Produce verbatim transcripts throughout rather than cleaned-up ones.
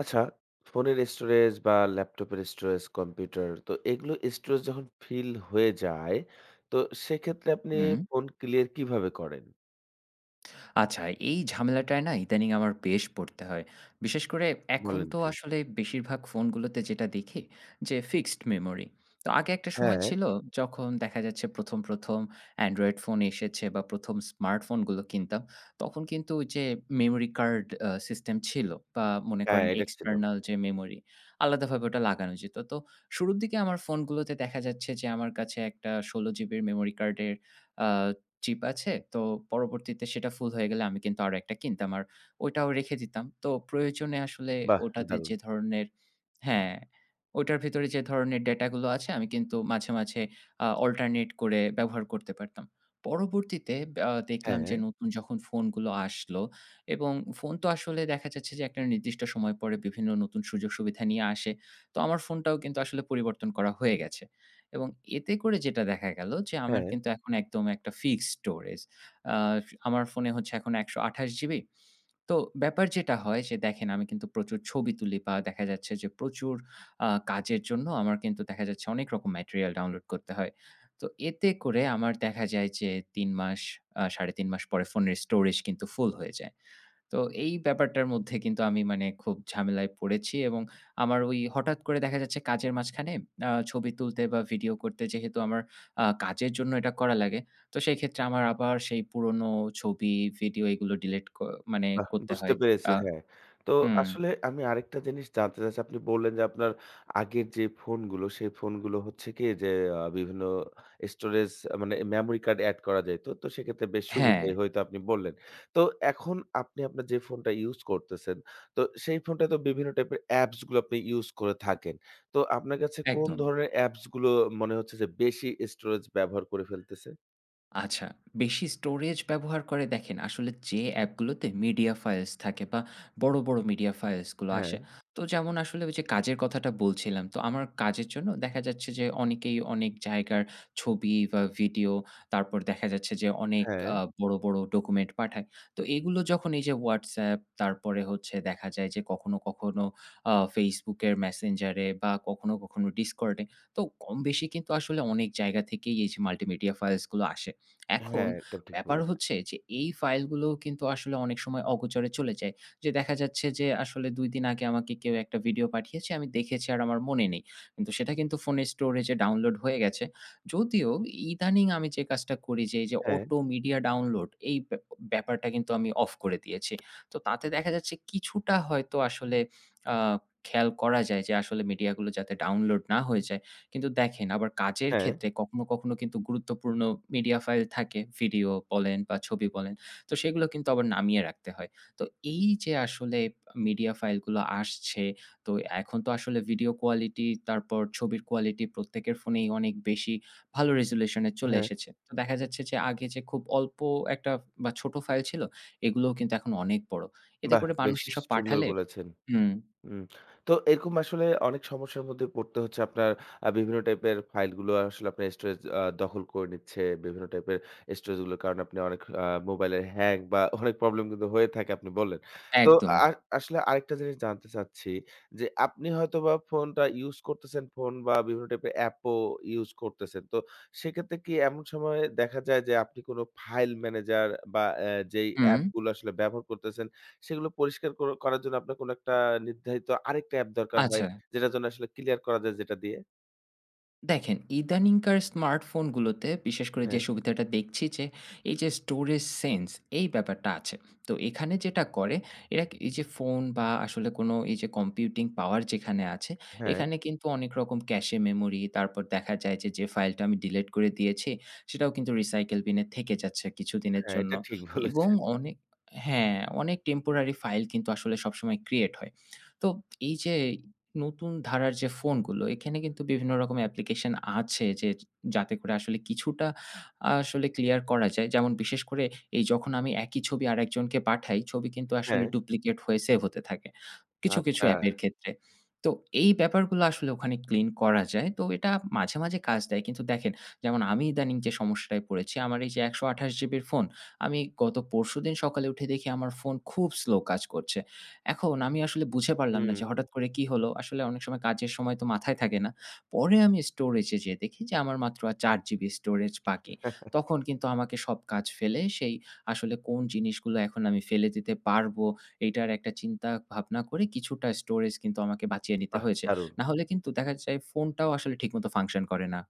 আচ্ছা, ফোনের স্টোরেজ বা ল্যাপটপের স্টোরেজ, কম্পিউটার তো এগুলো স্টোরেজ যখন ফিল হয়ে যায়, তো সেক্ষেত্রে আপনি হুম। ফোন ক্লিয়ার কিভাবে করেন? আচ্ছা, এই ঝামেলাটায় না ইদানিং আমার বেশ পড়তে হয়। বিশেষ করে এখন বলেন তো কি? আসলে বেশিরভাগ ফোনগুলোতে যেটা দেখি, যে ফিক্সড মেমোরি। তো আগে একটা সময় হ্যাঁ, ছিল, যখন দেখা যাচ্ছে ১ম, ১ম অ্যান্ড্রয়েড ফোন এসেছে বা ১ম স্মার্টফোনগুলো কিনতাম, তখন কিন্তু ওই যে মেমোরি কার্ড আ সিস্টেম ছিল, বা মনে হ্যাঁ, করেন এটা ছিল। এক্সটার্নাল যে মেমোরি আলাদাভাবে ওটা লাগানো যেত। তো শুরুর দিকে আমার ফোনগুলোতে দেখা যাচ্ছে যে আমার কাছে একটা ষোলো জিবির মেমোরি কার্ডের আ চিপ আছে। তো পরবর্তীতে সেটা ফুল হয়ে গেলে আমি কিন্তু আরো একটা কিনতাম। আর ওইটাও রেখে দিতাম। তো প্রয়োজনে আসলে বাহ! ওটাতে দারুণ। যে ধরনের। হ্যাঁ, ওইটার ভেতরে যে ধরনের ডেটাগুলো আছে, আমি কিন্তু মাঝে, মাঝে আ অল্টারনেট করে ব্যবহার করতে পারতাম। পরবর্তীতে আ দেখলাম যে হ্যাঁ, নতুন যখন ফোনগুলো আসলো, এবং ফোন তো আসলে দেখা যাচ্ছে যে একটা নির্দিষ্ট সময় পরে বিভিন্ন নতুন সুযোগ সুবিধা নিয়ে আসে। তো আমার ফোনটাও কিন্তু আসলে পরিবর্তন করা হয়ে গেছে। এবং এতে করে যেটা দেখা গেল, যে আমার হ্যাঁ। কিন্তু এখন একদম একটা ফিক্সড স্টোরেজ। আ আমার ফোনে হচ্ছে এখন একশ আটাশ জিবি। তো ব্যাপার যেটা হয় যে দেখেন, আমি কিন্তু প্রচুর ছবি তুলি, বা দেখা যাচ্ছে যে প্রচুর আ কাজের জন্য আমার কিন্তু দেখা যাচ্ছে অনেক রকম ম্যাটেরিয়াল ডাউনলোড করতে হয়। তো এতে করে আমার দেখা যায় যে তিন মাস আ সাড়ে তিন মাস পরে ফোনের স্টোরেজ কিন্তু ফুল হয়ে যায়। তো এই ব্যাপারটার মধ্যে কিন্তু আমি মানে খুব ঝামেলায় পড়েছি, এবং আমার ওই হঠাৎ করে দেখা যাচ্ছে কাজের মাঝখানে আ ছবি তুলতে বা ভিডিও করতে, যেহেতু আমার আ কাজের জন্য এটা করা লাগে। তো সেই ক্ষেত্রে আমার আবার সেই পুরনো ছবি, ভিডিও, এগুলো ডিলিট ক মানে বাহ! করতে বুঝতে হয়। পেরেছি, আ হ্যাঁ। তো হুম। আসলে আমি আরেকটা জিনিস জানতে চাচ্ছি। আপনি বললেন যে আপনার আগের যে ফোনগুলো, সেই ফোনগুলো হচ্ছে কি যে আ বিভিন্ন স্টোরেজ মানে মেমোরি কার্ড এড করা যাইত। তো সেক্ষেত্রে বেশ হ্যাঁ, সুবিধাই হইতো আপনি বললেন। তো এখন আপনি আপনার যে ফোনটা ইউজ করতেছেন, তো সেই ফোনটায় তো বিভিন্ন টাইপের অ্যাপস গুলো আপনি ইউজ করে থাকেন। তো আপনার কাছে কোন একদম। ধরনের অ্যাপস গুলো মনে হচ্ছে যে বেশি স্টোরেজ ব্যবহার করে ফেলতেছে? আচ্ছা, বেশি স্টোরেজ ব্যবহার করে দেখেন, আসলে যে অ্যাপগুলোতে মিডিয়া ফাইলস থাকে, বা বড়, বড় মিডিয়া ফাইলসগুলো হ্যাঁ, আসে। তো যেমন আসলে ওই যে কাজের কথাটা বলছিলাম। তো আমার কাজের জন্য দেখা যাচ্ছে যে অনেকেই অনেক জায়গার ছবি বা ভিডিও, তারপর দেখা যাচ্ছে যে অনেক হ্যাঁ, আ বড়, বড় ডকুমেন্ট পাঠায়। তো এগুলো যখন এই যে WhatsApp, তারপরে হচ্ছে দেখা যায় যে কখনো, কখনো আ Facebook এর Messenger এ, বা কখনো, কখনো Discord এ, তো কম বেশি কিন্তু আসলে অনেক জায়গা থেকেই এই যে মাল্টিমিডিয়া ফাইলসগুলো আসে। এখন হ্যাঁ, একদম ঠিক ব্যাপার বলেছেন। হচ্ছে যে এই ফাইলগুলোও কিন্তু আসলে অনেক সময় অগোচরে চলে যায়। যে দেখা যাচ্ছে যে আসলে দুই দিন আগে আমাকে কেউ একটা ভিডিও পাঠিয়েছে, আমি দেখেছি আর আমার মনে নেই। কিন্তু সেটা কিন্তু ফোনের স্টোরেজে ডাউনলোড হয়ে গেছে। যদিও ইদানিং আমি যে কাজটা করি, যে এই যে হ্যাঁ, অটো মিডিয়া ডাউনলোড, এই ব্যা ব্যাপারটা কিন্তু আমি অফ করে দিয়েছি। তো তাতে দেখা যাচ্ছে কিছুটা হয়তো আসলে আ খেয়াল করা যায় যে আসলে মিডিয়াগুলো যাতে ডাউনলোড না হয়ে যায়। কিন্তু দেখেন, আবার কাজের হ্যাঁ, ক্ষেত্রে কখনো, কখনো কিন্তু গুরুত্বপূর্ণ মিডিয়া ফাইল থাকে, ভিডিও বলেন বা ছবি বলেন। তো সেগুলো কিন্তু আবার নামিয়ে রাখতে হয়। তো এই যে আসলে মিডিয়া ফাইলগুলো আসছে, তো এখন তো আসলে ভিডিও কোয়ালিটি, তারপর ছবির কোয়ালিটি প্রত্যেকের ফোনেই অনেক বেশি ভালো রেজোলিউশন এ চলে হ্যাঁ। এসেছে। তো দেখা যাচ্ছে যে আগে যে খুব অল্প একটা বা ছোট ফাইল ছিল, এগুলোও কিন্তু এখন অনেক বড়। এতে বাহ! করে মানুষ বেশ এসব সুন্দর পাঠালে। বলেছেন। হুম, হুম। তো এরকম আসলে অনেক সমস্যার মধ্যে পড়তে হচ্ছে আপনার আ বিভিন্ন টাইপের ফাইলগুলো আসলে আপনার স্টোরেজ আ দখল করে নিচ্ছে। বিভিন্ন টাইপের স্টোরেজগুলোর কারণে আপনি অনেক আ মোবাইলের হ্যাং বা অনেক প্রবলেম কিন্তু হয়ে থাকে আপনি বললেন। তো একদম। আ আসলে আরেকটা জিনিস জানতে চাচ্ছি যে আপনি হয়তোবা ফোনটা ইউজ করতেছেন, ফোন বা বিভিন্ন টাইপের অ্যাপও ইউজ করতেছেন। তো সেক্ষেত্রে কি এমন সময়ে দেখা যায় যে আপনি কোনো ফাইল ম্যানেজার বা অ্যা যেই হুম, অ্যাপগুলো আসলে ব্যবহার করতেছেন সেগুলো পরিষ্কার কর করার জন্য আপনার কোনো একটা নির্ধারিত আরেকটা অ্যাপ দরকার হয়, আচ্ছা। যেটার জন্য আসলে ক্লিয়ার করা যায় যেটা দিয়ে। দেখেন, ইদানিংকার স্মার্টফোনগুলোতে বিশেষ করে যে হ্যাঁ, সুবিধাটা দেখছি, যে এই যে স্টোরেজ সেন্স, এই ব্যাপারটা আছে। তো এখানে যেটা করে এরা কি- এই যে ফোন বা আসলে কোনো এই যে কম্পিউটিং পাওয়ার যেখানে আছে, হ্যাঁ, এখানে কিন্তু অনেক রকম ক্যাশে মেমোরি, তারপর দেখা যায় যে, যে ফাইলটা আমি ডিলিট করে দিয়েছি সেটাও কিন্তু রিসাইকেল বিনে থেকে যাচ্ছে কিছুদিনের হ্যাঁ, জন্য, এটা ঠিক এবং বলেছেন। অনেক হ্যাঁ, অনেক টেম্পোরারি ফাইল কিন্তু আসলে সবসময় ক্রিয়েট হয়। তো এই যে নতুন ধারার যে ফোনগুলো, এখানে কিন্তু বিভিন্ন রকম অ্যাপ্লিকেশন আছে, যে যাতে করে আসলে কিছুটা আসলে ক্লিয়ার করা যায়। যেমন বিশেষ করে এই যখন আমি একই ছবি আরেকজনকে পাঠাই, ছবি কিন্তু আসলে হ্যাঁ, ডুপ্লিকেট হয়ে সেভ হতে থাকে, কিছু, কিছু আচ্ছা। অ্যাপের ক্ষেত্রে। তো এই ব্যাপারগুলো আসলে ওখানে ক্লিন করা যায়। তো এটা মাঝে, মাঝে কাজ দেয়। কিন্তু দেখেন, যেমন আমি ইদানিং যে সমস্যাটায় পড়েছি, আমার এই যে একশ আটাশ জিবির ফোন, আমি গত পরশুদিন সকালে উঠে দেখি আমার ফোন খুব স্লো কাজ করছে। এখন আমি আসলে বুঝে পারলাম না হুম, যে হঠাৎ করে কি হলো? আসলে অনেক সময় কাজের সময় তো মাথায় থাকে না। পরে আমি স্টোরেজে যেয়ে দেখি যে আমার মাত্র আর চার জিবি স্টোরেজ বাকি। তখন কিন্তু আমাকে সব কাজ ফেলে সেই, আসলে কোন জিনিসগুলো এখন আমি ফেলে দিতে পারবো, এইটার একটা চিন্তা ভাবনা করে কিছুটা স্টোরেজ কিন্তু আমাকে বাঁচিয়ে নিতে বাহ! হয়েছে। দারুণ। না হলে কিন্তু দেখা যায় ফোনটাও আসলে ঠিকমতো ফাংশন করে না।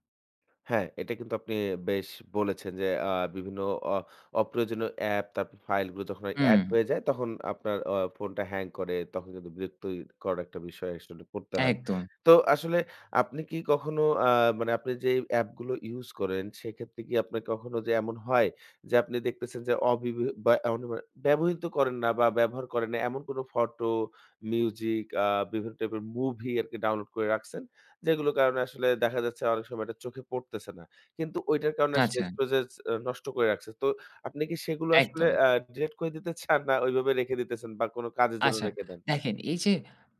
হ্যাঁ, এটা কিন্তু আপনি বেশ বলেছেন যে আ বিভিন্ন অ অপ্রয়োজনীয় অ্যাপ তারপর ফাইলগুলো যখন হুম, এড হয়ে যায় তখন আপনার অ ফোনটা হ্যাং করে তখন কিন্তু বিরক্তিকর একটা বিষয় আসলে পড়তে হয়। একদম। তো আসলে আপনি কি কখনো আ মানে আপনি যে অ্যাপগুলো ইউজ করেন সেক্ষেত্রে কি আপনার কখনো যে এমন হয় যে আপনি দেখতেছেন যে অবিব বা এমন মানে ব্যবহৃত করেন না বা ব্যবহার করেন না এমন কোনো ফটো, মিউজিক আ বিভিন্ন টাইপের মুভি আরকি ডাউনলোড করে রাখছেন? যেগুলোর কারণে আসলে দেখা যাচ্ছে অনেক সময় এটা চোখে পড়তেছে না। কিন্তু ওইটার কারণে আসলে আচ্ছা, স্টোরেজ আ নষ্ট করে রাখছে। তো আপনি কি সেগুলো আসলে একদম। আ ডিলিট করে দিতে চান না ওইভাবে রেখে দিতেছেন বা কোনো কাজের জন্য আচ্ছা, রেখে দেন? দেখেন, এই যে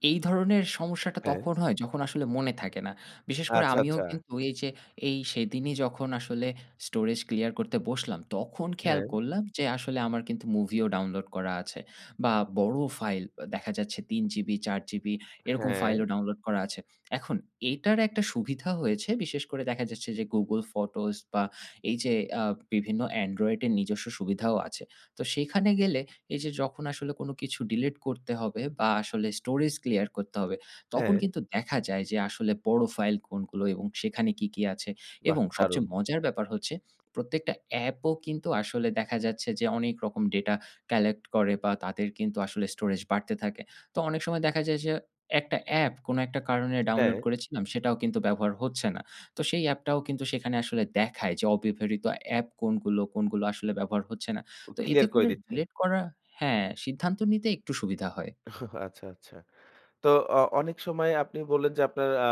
এই ধরনের সমস্যাটা হ্যাঁ, তখন হয় যখন আসলে মনে থাকে না। বিশেষ করে আচ্ছা, আমিও আচ্ছা। কিন্তু এই যে এই সেদিনই, যখন আসলে স্টোরেজ ক্লিয়ার করতে বসলাম, তখন খেয়াল হ্যাঁ, করলাম যে আসলে আমার কিন্তু মুভিও ডাউনলোড করা আছে, বা বড় ফাইল দেখা যাচ্ছে তিন জিবি, চার জিবি, এরকম হ্যাঁ, ফাইলও ডাউনলোড করা আছে। এখন এটার একটা সুবিধা হয়েছে, বিশেষ করে দেখা যাচ্ছে যে Google Photos বা এই যে আ বিভিন্ন Android এর নিজস্ব সুবিধাও আছে। তো সেখানে গেলে, এই যে যখন আসলে কোনো কিছু ডিলিট করতে হবে বা আসলে স্টোরেজ ক্লিয়ার করতে হবে, তখন হ্যাঁ। কিন্তু দেখা যায় যে আসলে বড় ফাইল কোনগুলো এবং সেখানে কি, কি আছে। বাহ! এবং সবচেয়ে দারুণ। মজার ব্যাপার হচ্ছে, প্রত্যেকটা অ্যাপও কিন্তু আসলে দেখা যাচ্ছে যে অনেক রকম ডেটা কালেক্ট করে বা তাদের কিন্তু আসলে স্টোরেজ বাড়তে থাকে। তো অনেক সময় দেখা যায় যে একটা অ্যাপ কোনো একটা কারণে হ্যাঁ, ডাউনলোড করেছিলাম, সেটাও কিন্তু ব্যবহার হচ্ছে না। তো সেই অ্যাপটাও কিন্তু সেখানে আসলে দেখায় যে অব্যবহৃত অ্যাপ কোনগুলো, কোনগুলো আসলে ব্যবহার হচ্ছে না। তো এতে ক্লিয়ার করে করে দিচ্ছে। ডিলেট করা। হ্যাঁ, সিদ্ধান্ত নিতে একটু সুবিধা হয়। আচ্ছা, আচ্ছা। তো অ অনেক সময় আপনি বললেন যে আপনার আ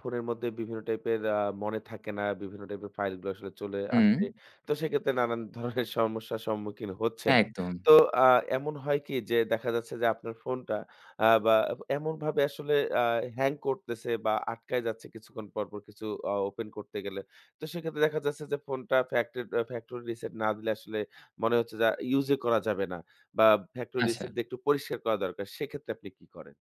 ফোনের মধ্যে বিভিন্ন টাইপের আ মনে থাকে না, বিভিন্ন টাইপের ফাইলগুলো আসলে চলে হুম, আসে। তো সেক্ষেত্রে নানান ধরনের সমস্যার সম্মুখীন হচ্ছেন। একদম। তো আ এমন হয় কি যে দেখা যাচ্ছে যে আপনার ফোনটা আ বা এমনভাবে আসলে আ হ্যাং করতেছে বা আটকায় যাচ্ছে কিছুক্ষণ পরপর কিছু আ ওপেন করতে গেলে। তো সেক্ষেত্রে দেখা যাচ্ছে যে ফোনটা ফ্যাক্টরি ফ্যাক্টরি রিসেট না দিলে আসলে মনে হচ্ছে যে ইউজই করা যাবে না বা ফ্যাক্টরি আচ্ছা। রিসেট দিয়ে একটু পরিষ্কার করা দরকার। সেক্ষেত্রে আপনি কি করেন?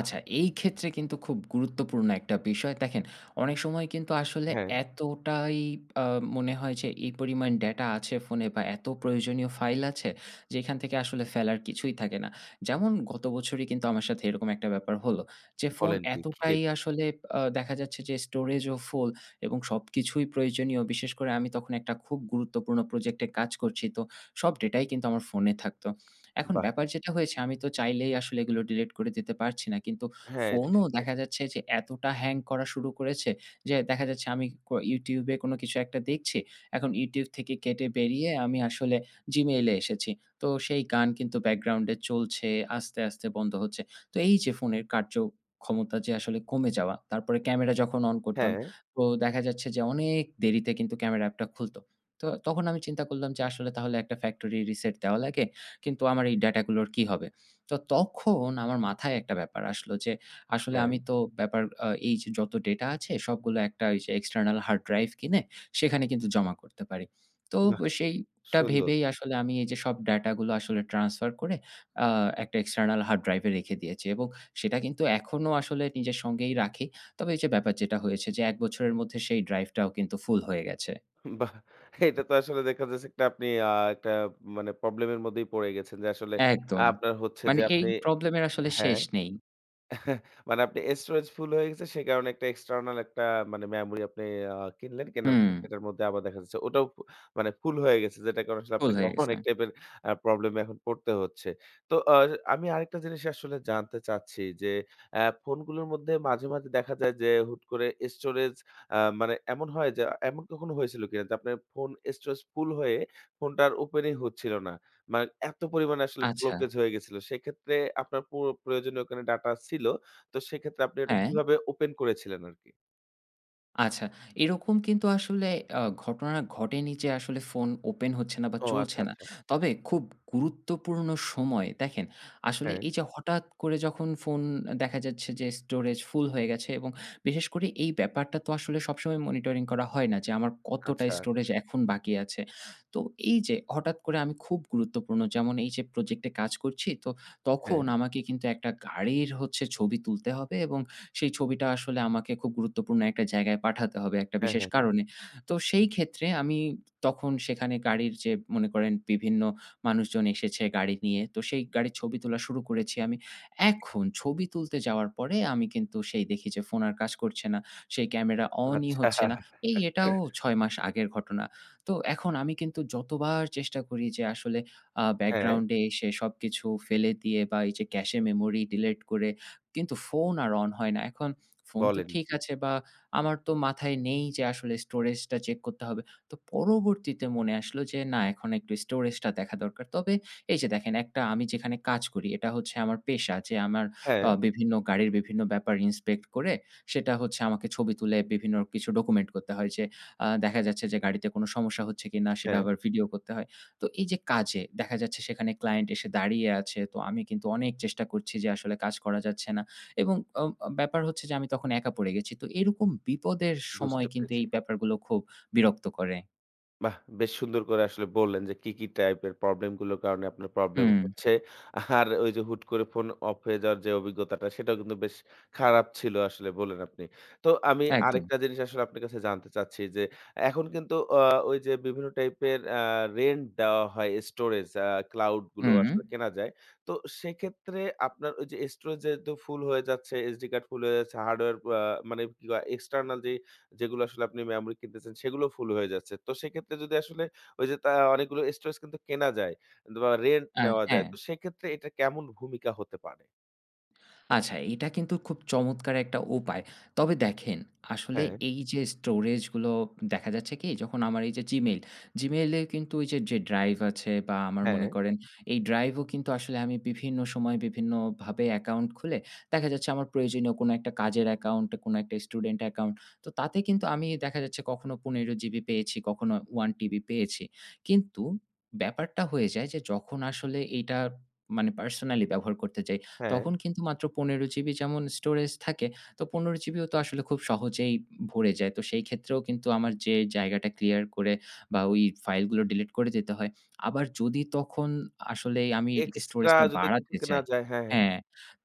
আচ্ছা, এই ক্ষেত্রে কিন্তু খুব গুরুত্বপূর্ণ একটা বিষয়। দেখেন, অনেক সময় কিন্তু আসলে হ্যাঁ। এতটাই আ মনে হয় যে এই পরিমাণ ডেটা আছে ফোনে, বা এত প্রয়োজনীয় ফাইল আছে, যেখান থেকে আসলে ফেলার কিছুই থাকে না। যেমন গত বছরই কিন্তু আমার সাথে এরকম একটা ব্যাপার হলো, যে ফোন বলেন কি? কি এতটাই টাইপের? আসলে আ দেখা যাচ্ছে যে স্টোরেজও ফুল, এবং সবকিছুই প্রয়োজনীয়। বিশেষ করে আমি তখন একটা খুব গুরুত্বপূর্ণ প্রজেক্টে কাজ করছি। তো সব ডেটাই কিন্তু আমার ফোনে থাকতো। এখন বাহ! ব্যাপার যেটা হয়েছে, আমি তো চাইলেই আসলে এগুলো ডিলিট করে দিতে পারছি না। কিন্তু হ্যাঁ, এটা ফোনও ঠিক দেখা বলেছেন। যাচ্ছে যে এতটা হ্যাং করা শুরু করেছে, যে দেখা যাচ্ছে আমি ক YouTube এ কোনো কিছু একটা দেখছি। এখন YouTube থেকে কেটে বেরিয়ে আমি আসলে Gmail এ এসেছি। তো সেই গান কিন্তু ব্যাকগ্রাউন্ডে চলছে, আস্তে, আস্তে বন্ধ হচ্ছে। তো এই যে ফোনের কার্যক্ষমতা যে আসলে কমে যাওয়া, তারপরে ক্যামেরা যখন অন করতাম, হ্যাঁ, তো দেখা যাচ্ছে যে অনেক দেরিতে কিন্তু ক্যামেরা অ্যাপটা খুলত। তো তখন আমি চিন্তা করলাম যে আসলে তাহলে একটা ফ্যাক্টরি রিসেট দেওয়া লাগে। কিন্তু আমার এই ডেটাগুলোর কি হবে? তো তখন আমার মাথায় একটা ব্যাপার আসলো, যে আসলে হ্যাঁ। আমি তো ব্যাপার আ এই যে যত ডেটা আছে, সবগুলো একটা ওই যে এক্সটার্নাল হার্ড ড্রাইভ কিনে সেখানে কিন্তু জমা করতে পারি। তো বাহ! সেইটা সুন্দর। ভেবেই আসলে আমি এই যে সব ডেটাগুলো আসলে ট্রান্সফার করে আ একটা এক্সটার্নাল হার্ড ড্রাইভ এ রেখে দিয়েছি, এবং সেটা কিন্তু এখনো আসলে নিজের সঙ্গেই রাখি। তবে এই যে ব্যাপার যেটা হয়েছে, যে এক বছরের মধ্যে সেই ড্রাইভটাও কিন্তু ফুল হয়ে গেছে। বাহ! এটা তো আসলে দেখা যাচ্ছে একটা আপনি আ একটা মানে প্রবলেম এর মধ্যেই পড়ে গেছেন যে আসলে একদম। আপনার হচ্ছে মানে যে এই আপনি প্রবলেম এর আসলে হ্যাঁ। শেষ নেই। মানে আপনি স্টোরেজ ফুল হয়ে গেছে সে কারণে একটা এক্সটার্নাল একটা মানে মেমোরি আপনি আ কিনলেন। কেনার হুম। পরে সেটার মধ্যে আবার দেখা যাচ্ছে ওটাও ফু মানে ফুল হয়ে গেছে যেটা কারণে আসলে ভুল আপনাকে হয়ে গেছে। অনেক টাইপের আ প্রবলেমে এখন পড়তে হচ্ছে। তো আ আমি আরেকটা জিনিস আসলে জানতে চাচ্ছি যে অ্যা ফোনগুলোর মধ্যে মাঝে, মাঝে দেখা যায় যে হুট করে স্টোরেজ আ মানে এমন হয় যে এমন কখনো হয়েছিল কিনা যে আপনার ফোন স্টোরেজ ফুল হয়ে ফোনটা আর ওপেনই হচ্ছিল না। মানে এত পরিমাণে আসলে আচ্ছা, ব্লকেজ হয়ে গেছিল। সেক্ষেত্রে আপনার পুরো প্রয়োজনীয় ওখানে ডাটা ছিল। তো সেক্ষেত্রে আপনি ওটা হ্যাঁ, কিভাবে ওপেন করেছিলেন আরকি? আচ্ছা। এরকম কিন্তু আসলে আ ঘটনা ঘটেনি যে আসলে ফোন ওপেন হচ্ছে না বা ও চলছে আচ্ছা, না। আচ্ছা। তবে খুব গুরুত্বপূর্ণ সময়ে দেখেন, আসলে হ্যাঁ, এই যে হঠাৎ করে যখন ফোন দেখা যাচ্ছে যে স্টোরেজ ফুল হয়ে গেছে, এবং বিশেষ করে এই ব্যাপারটা তো আসলে সবসময় মনিটরিং করা হয় না যে আমার কতটা আচ্ছা। স্টোরেজ এখন বাকি আছে। তো এই যে হঠাৎ করে আমি খুব গুরুত্বপূর্ণ, যেমন এই যে প্রজেক্টে কাজ করছি, তো তখন হ্যাঁ, আমাকে কিন্তু একটা গাড়ির হচ্ছে ছবি তুলতে হবে, এবং সেই ছবিটা আসলে আমাকে খুব গুরুত্বপূর্ণ একটা জায়গায় পাঠাতে হবে একটা হ্যাঁ, বিশেষ হ্যাঁ, হ্যাঁ। কারণে। তো সেই ক্ষেত্রে আমি, তখন সেখানে গাড়ির যে মনে করেন বিভিন্ন মানুষজন এসেছে গাড়ি নিয়ে। তো সেই গাড়ির ছবি তোলা শুরু করেছি আমি। এখন ছবি তুলতে যাওয়ার পরে আমি কিন্তু সেই দেখি যে ফোন আর কাজ করছে না। সেই ক্যামেরা অনই আচ্ছা, হচ্ছে না। এই এটাও ছয় মাস আগের ঘটনা। তো এখন আমি কিন্তু যতবার চেষ্টা করি যে আসলে আ হ্যাঁ, ব্যাকগ্রাউন্ডে এসে সবকিছু ফেলে দিয়ে বা এই যে ক্যাশে মেমোরি ডিলিট করে, কিন্তু ফোন আর অন হয় না। এখন ফোন তো বলেন ঠিক কি? আছে, বা আমার তো মাথায় নেই যে আসলে স্টোরেজটা চেক করতে হবে। তো পরবর্তীতে মনে আসলো যে না, এখন একটু স্টোরেজটা দেখা দরকার। তবে এই যে দেখেন, একটা আমি যেখানে কাজ করি এটা হচ্ছে আমার পেশা, যে আমার হ্যাঁ, আ বিভিন্ন গাড়ির বিভিন্ন ব্যাপার ইন্সপেক্ট করে সেটা হচ্ছে আমাকে ছবি তুলে বিভিন্ন কিছু ডকুমেন্ট করতে হয়, যে আ দেখা যাচ্ছে যে গাড়িতে কোনো সমস্যা হচ্ছে কিনা, সেটা হ্যাঁ, আবার ভিডিও করতে হয়। তো এই যে কাজে দেখা যাচ্ছে সেখানে ক্লায়েন্ট এসে দাঁড়িয়ে আছে। তো আমি কিন্তু অনেক চেষ্টা করছি যে আসলে কাজ করা যাচ্ছে না। এবং অ ব্যাপার হচ্ছে যে আমি তখন একা পড়ে গেছি। তো এরকম বিপদের সময় বুঝতে কিন্তু পেরেছি। এই ব্যাপারগুলো খুব বিরক্ত করে। বাহ! বেশ সুন্দর করে আসলে বললেন যে কি, কি টাইপের প্রবলেম গুলোর কারণে আপনার প্রবলেম হুম, হচ্ছে। আর ওই যে হুট করে ফোন অফ হয়ে যাওয়ার যে অভিজ্ঞতাটা সেটাও কিন্তু বেশ খারাপ ছিল আসলে বললেন আপনি। তো আমি একদম। আরেকটা জিনিস আসলে আপনার কাছে জানতে চাচ্ছি যে এখন কিন্তু আ ওই যে বিভিন্ন টাইপের আ রেন্ট দেওয়া হয় স্টোরেজ আ ক্লাউড গুলো হুম, আসলে কেনা যায়। তো সেক্ষেত্রে আপনার ওই যে স্টোরেজ যেহেতু ফুল হয়ে যাচ্ছে, এসডি কার্ড ফুল হয়ে যাচ্ছে, হার্ডওয়্যার আ মানে কি এক্সটার্নাল যে যেগুলো আসলে আপনি মেমোরি কিনতেছেন সেগুলো ফুল হয়ে যাচ্ছে। তো সেক্ষেত্রে যদি আসলে ওই যে তা অনেকগুলো স্টোরেজ কিন্তু কেনা যায় বা রেন্ট আ নেওয়া হ্যাঁ। যায়। তো সেক্ষেত্রে এটা কেমন ভূমিকা হতে পারে? আচ্ছা, এটা কিন্তু খুব চমৎকার একটা উপায়। তবে দেখেন, আসলে হ্যাঁ, এই যে স্টোরেজ গুলো দেখা যাচ্ছে কি, যখন আমার এই যে Gmail, Gmail এ কিন্তু ওই যে, যে ড্রাইভ আছে, বা আমার হ্যাঁ, মনে করেন এই ড্রাইভও কিন্তু আসলে আমি বিভিন্ন সময় বিভিন্নভাবে অ্যাকাউন্ট খুলে দেখা যাচ্ছে আমার প্রয়োজনীয় কোনো একটা কাজের অ্যাকাউন্ট, কোনো একটা স্টুডেন্ট অ্যাকাউন্ট। তো তাতে কিন্তু আমি দেখা যাচ্ছে কখনো পনেরো জিবি পেয়েছি, কখনো এক টিবি পেয়েছি। কিন্তু ব্যাপারটা হয়ে যায় যে যখন আসলে এইটা মানে পার্সোনালি ব্যবহার করতে যাই, হ্যাঁ। তখন কিন্তু মাত্র পনেরো জিবি যেমন স্টোরেজ থাকে, তো পনেরো জিবিও তো আসলে খুব সহজেই ভরে যায়। তো সেই ক্ষেত্রেও কিন্তু আমার যে জায়গাটা ক্লিয়ার করে বা ওই ফাইলগুলো ডিলিট করে দিতে হয়। আবার যদি তখন আসলে আমি এক্সট্রা স্টোরেজটা যদি কিছু বাড়াতে কেনা চাই, যায় হ্যাঁ, হ্যাঁ, হ্যাঁ,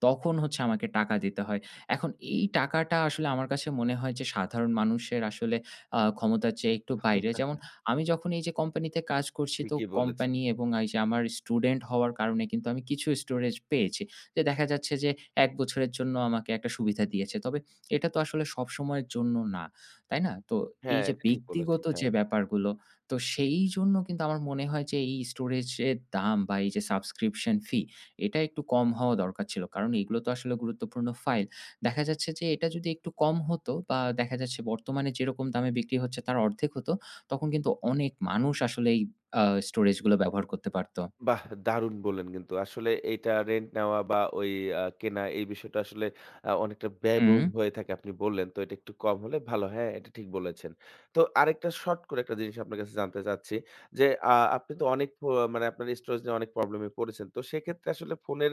তখন হচ্ছে আমাকে টাকা দিতে হয়। এখন এই টাকাটা আসলে আমার কাছে মনে হয় যে সাধারণ মানুষের আসলে আ ক্ষমতার চেয়ে একটু বাইরে। যেমন আমি যখন এই যে কোম্পানিতে কাজ করছি, তো ঠিকই বলেছেন। কোম্পানি এবং এই যে আমার স্টুডেন্ট হওয়ার কারণে কিন্তু আমি কিছু স্টোরেজ পেয়েছি। যে দেখা যাচ্ছে যে এক বছরের জন্য আমাকে একটা সুবিধা দিয়েছে। তবে এটা তো আসলে সবসময়ের জন্য না। তাই না? তো এই হ্যাঁ, যে এটা ঠিক ব্যক্তিগত বলেছেন। যে হ্যাঁ। ব্যাপারগুলো, তো সেই জন্য কিন্তু আমার মনে হয় যে এই স্টোরেজের দাম বা এই যে সাবস্ক্রিপশন ফি, এটা একটু কম হওয়া দরকার ছিল। কারণ এগুলো তো আসলে গুরুত্বপূর্ণ ফাইল। দেখা যাচ্ছে যে এটা যদি একটু কম হতো, বা দেখা যাচ্ছে বর্তমানে যেরকম দামে বিক্রি হচ্ছে তার অর্ধেক হতো, তখন কিন্তু অনেক মানুষ আসলে এই আ স্টোরেজগুলো ব্যবহার করতে পারত। বাহ! দারুণ বললেন কিন্তু। আসলে এইটা রেন্ট নেওয়া বা ওই আ কেনা এই বিষয়টা আসলে আ অনেকটা হুম, ব্যয়বহুল হয়ে থাকে আপনি বললেন। তো এটা একটু কম হলে ভালো। হ্যাঁ, এটা ঠিক বলেছেন। তো আরেকটা শর্ট করে একটা জিনিস আপনার কাছে জানতে চাচ্ছি যে, আ আপনি তো অনেক প মানে আপনার স্টোরেজ নিয়ে অনেক প্রবলেমে পড়েছেন। তো সেক্ষেত্রে আসলে ফোনের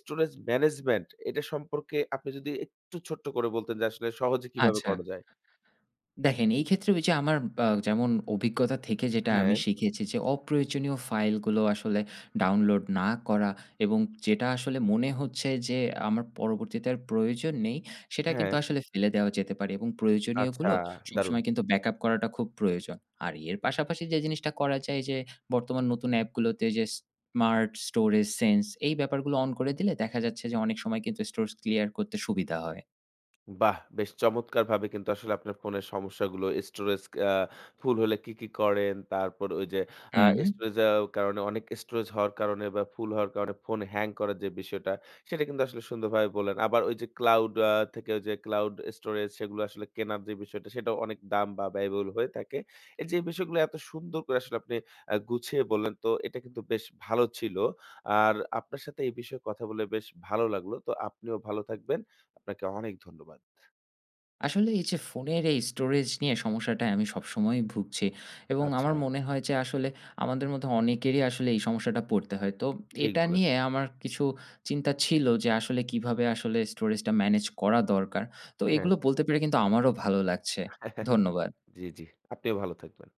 স্টোরেজ ম্যানেজমেন্ট এটা সম্পর্কে আপনি যদি একটু ছোট্ট করে বলতেন যে আসলে সহজে কিভাবে আচ্ছা। করা যায়? দেখেন, এই ক্ষেত্রে ওই যে আমার আ যেমন অভিজ্ঞতা থেকে যেটা আমি হ্যাঁ, শিখেছি যে, অপ্রয়োজনীয় ফাইলগুলো আসলে ডাউনলোড না করা, এবং যেটা আসলে মনে হচ্ছে যে আমার পরবর্তীতে আর প্রয়োজন নেই, সেটা কিন্তু হ্যাঁ। আসলে ফেলে দেওয়া যেতে পারে, এবং আচ্ছা, প্রয়োজনীয়গুলো দারুণ। সবসময় কিন্তু ব্যাকআপ করাটা খুব প্রয়োজন। আর এর পাশাপাশি যে জিনিসটা করা যায় যে, বর্তমান নতুন অ্যাপগুলোতে যে স্মার্ট স্টোরেজ সেন্স, এই ব্যাপারগুলো অন করে দিলে দেখা যাচ্ছে যে অনেক সময় কিন্তু স্টোরেজ ক্লিয়ার করতে সুবিধা হয়। বাহ! বেশ চমৎকারভাবে কিন্তু আসলে আপনার ফোনের সমস্যাগুলো স্টোরেজ আ ফুল হলে কি, কি করেন? তারপর ওই যে আ হুম। স্টোরেজ এর কারণে অনেক স্টোরেজ হওয়ার কারণে বা ফুল হওয়ার কারণে ফোন হ্যাং করার যে বিষয়টা, সেটা কিন্তু আসলে সুন্দরভাবে বললেন। আবার ওই যে ক্লাউড আ থেকে ওই যে ক্লাউড স্টোরেজ সেগুলো আসলে কেনার যে বিষয়টা, সেটাও অনেক দাম বা ব্যয়বহুল হয়ে থাকে। এই যে বিষয়গুলো এত সুন্দর করে আসলে আপনি আ গুছিয়ে বললেন, তো এটা কিন্তু বেশ ভালো ছিল। আর আপনার সাথে এই বিষয়ে কথা বলে বেশ ভালো লাগলো। তো আপনিও ভালো থাকবেন। আপনাকে অনেক ধন্যবাদ। আসলে এই যে ফোনের এই স্টোরেজ নিয়ে সমস্যাটায় আমি সবসময়ই ভুগছি, এবং আমার আচ্ছা, মনে হয় যে আসলে আমাদের মধ্যে অনেকেরই আসলে এই সমস্যাটা পড়তে হয়। তো ঠিক এটা নিয়ে বলেছেন। আমার কিছু চিন্তা ছিল যে আসলে কিভাবে আসলে স্টোরেজটা ম্যানেজ করা দরকার। তো হ্যাঁ। এগুলো বলতে পেরে কিন্তু আমারও ভালো লাগছে। ধন্যবাদ। জি, জি। আপনিও ভালো থাকবেন।